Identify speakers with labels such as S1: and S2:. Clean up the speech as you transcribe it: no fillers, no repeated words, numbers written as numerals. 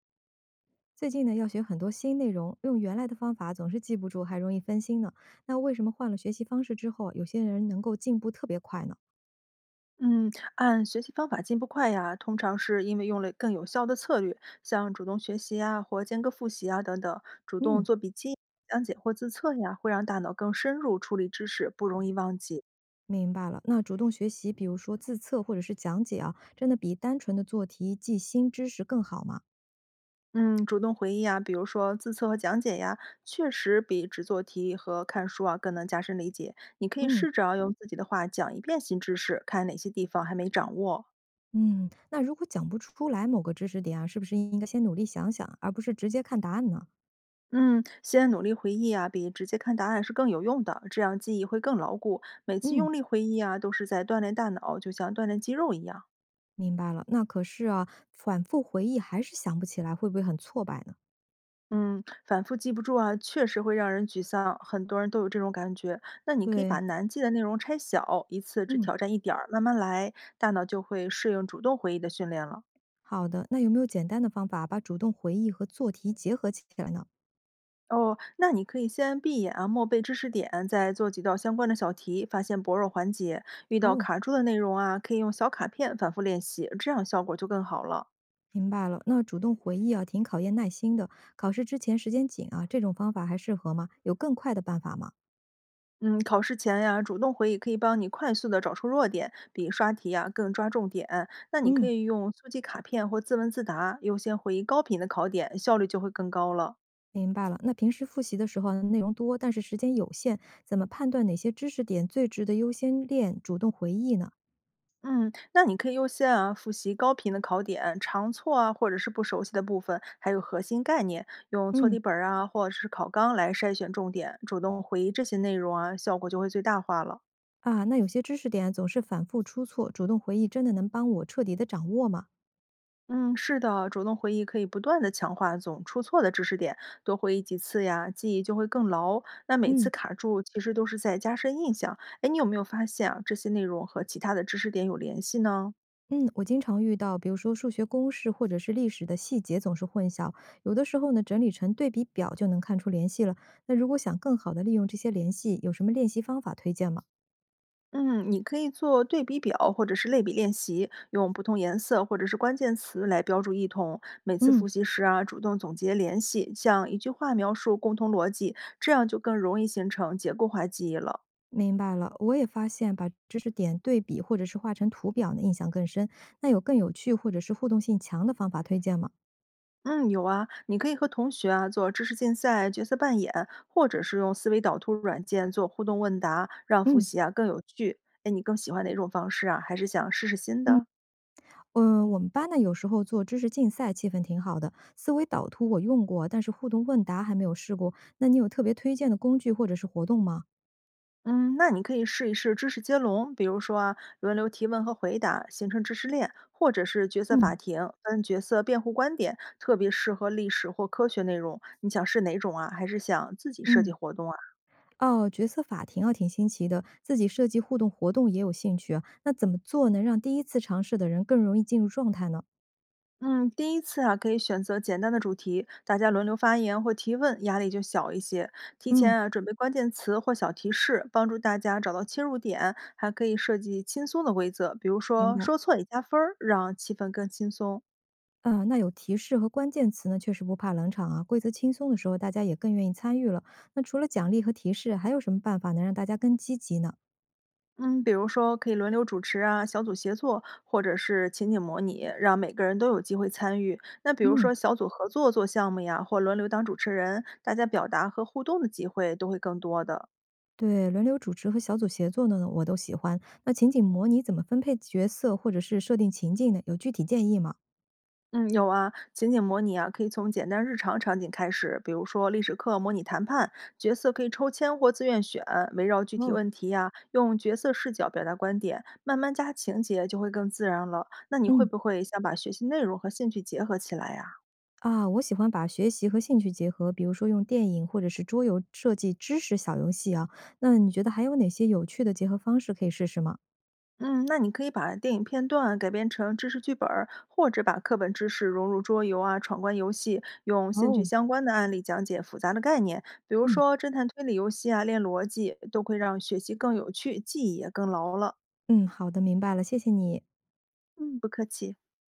S1: 最近呢，要学很多新内容，用原来的方法总是记不住，还容易分心呢。那为什么换了学习方式之后，有些人能够进步特别快呢？
S2: 嗯，按学习方法进步快呀，通常是因为用了更有效的策略，像主动学习啊，或间隔复习啊等等，主动
S1: 嗯，
S2: 做笔记、讲解或自测呀，会让大脑更深入处理知识，不容易忘记。
S1: 明白了。那主动学习，比如说自测或者是讲解啊，真的比单纯的做题记新知识更好吗？
S2: 嗯，主动回忆啊，比如说自测和讲解呀，确实比只做题和看书啊更能加深理解。你可以
S1: 嗯
S2: 试着用自己的话讲一遍新知识，看哪些地方还没掌握。
S1: 嗯。那如果讲不出来某个知识点啊，是不是应该先努力想想，而不是直接看答案呢？
S2: 嗯，先努力回忆啊，比直接看答案是更有用的，这样记忆会更牢固。每次
S1: 嗯，
S2: 用力回忆啊，都是在锻炼大脑，就像锻炼肌肉一样。
S1: 明白了。那可是啊，反复回忆还是想不起来，会不会很挫败呢？
S2: 嗯，反复记不住啊，确实会让人沮丧，很多人都有这种感觉。那你可以把
S1: 对，
S2: 难记的内容拆小，一次只
S1: 嗯。
S2: 挑战一点儿，慢慢来，大脑就会适应主动回忆的训练了。
S1: 好的，那有没有简单的方法把主动回忆和做题结合起来呢？
S2: 哦，那你可以先闭眼啊，默背知识点，再做几道相关的小题，发现薄弱环节。遇到
S1: 哦，
S2: 卡住的内容啊，可以用小卡片反复练习，这样效果就更好了。
S1: 明白了。那主动回忆啊，挺考验耐心的。考试之前时间紧啊，这种方法还适合吗？有更快的办法吗？
S2: 嗯，考试前呀，主动回忆可以帮你快速的找出弱点，比刷题呀更抓重点。那你可
S1: 嗯，
S2: 以用速记卡片或自问自答，优先回忆高频的考点，效率就会更高了。
S1: 明白了。那平时复习的时候啊内容多，但是时间有限，怎么判断哪些知识点最值得优先练主动回忆呢？
S2: 嗯，那你可以优先啊复习高频的考点、常错啊，或者是不熟悉的部分，还有核心概念，用错题
S1: 嗯，
S2: 本儿啊或者是考纲来筛选重点，主动回忆这些内容啊，效果就会最大化了。
S1: 啊，那有些知识点总是反复出错，主动回忆真的能帮我彻底的掌握吗？
S2: 嗯，是的，主动回忆可以不断的强化总出错的知识点，多回忆几次呀，记忆就会更牢。那每次
S1: 嗯。
S2: 卡住其实都是在加深印象。哎，你有没有发现啊，这些内容和其他的知识点有联系呢？
S1: 嗯，我经常遇到，比如说数学公式或者是历史的细节总是混淆，有的时候呢，整理成对比表就能看出联系了。那如果想更好的利用这些联系，有什么练习方法推荐吗？
S2: 嗯，你可以做对比表或者是类比练习，用不同颜色或者是关键词来标注异同。每次复
S1: 嗯，
S2: 习时啊，主动总结联系，像一句话描述共同逻辑，这样就更容易形成结构化记忆了。
S1: 明白了。我也发现把知识点对比或者是画成图表呢，印象更深。那有更有趣或者是互动性强的方法推荐吗？
S2: 嗯，有啊，你可以和同学啊做知识竞赛、角色扮演，或者是用思维导图软件做互动问答，让复
S1: 嗯。
S2: 习啊更有趣。哎，你更喜欢哪种方式啊？还是想试试新
S1: 嗯，
S2: 的？
S1: 我们班呢有时候做知识竞赛，气氛挺好的。思维导图我用过，但是互动问答还没有试过。那你有特别推荐的工具或者是活动吗？
S2: 嗯，那你可以试一试知识接龙，比如说啊，轮流提问和回答，形成知识链，或者是角色法
S1: 嗯
S2: 庭，分角色辩护观点，特别适合历史或科学内容。你想试哪种啊？还是想自己设计
S1: 嗯，
S2: 活动啊？
S1: 哦，角色法庭啊，挺新奇的，自己设计互动活动也有兴趣啊。那怎么做能让第一次尝试的人更容易进入状态呢？
S2: 嗯，第一次啊，可以选择简单的主题，大家轮流发言或提问，压力就小一些。提前
S1: 嗯，
S2: 啊，准备关键词或小提示，帮助大家找到切入点。还可以设计轻松的规则，比如
S1: 明
S2: 说
S1: 白。
S2: 说错也加分儿，让气氛更轻松。
S1: 啊，那有提示和关键词呢，确实不怕冷场啊。规则轻松的时候，大家也更愿意参与了。那除了奖励和提示，还有什么办法能让大家更积极呢？
S2: 嗯，比如说可以轮流主持啊，小组协作，或者是情景模拟，让每个人都有机会参与。那比如
S1: 嗯，
S2: 说小组合作做项目呀，或轮流当主持人，大家表达和互动的机会都会更多的。
S1: 对，轮流主持和小组协作的呢，我都喜欢。那情景模拟怎么分配角色或者是设定情境呢？有具体建议吗？
S2: 嗯，有啊，情景模拟啊，可以从简单日常场景开始，比如说历史课模拟谈判，角色可以抽签或自愿选，围绕具体
S1: 哦，
S2: 问题呀，用角色视角表达观点，慢慢加情节就会更自然了。那你会
S1: 嗯。
S2: 不会想把学习内容和兴趣结合起来呀？
S1: 啊，我喜欢把学习和兴趣结合，比如说用电影或者是桌游设计知识小游戏啊。那你觉得还有哪些有趣的结合方式可以试试吗？
S2: 嗯，那你可以把电影片段改编成知识剧本儿，或者把课本知识融入桌游啊、闯关游戏，用兴趣
S1: 哦，
S2: 相关的案例讲解复杂的概念。比如
S1: 嗯。
S2: 说侦探推理游戏啊，练逻辑，都会让学习更有趣，记忆也更牢了。
S1: 嗯，好的，明白了，谢谢你。
S2: 嗯，不客气。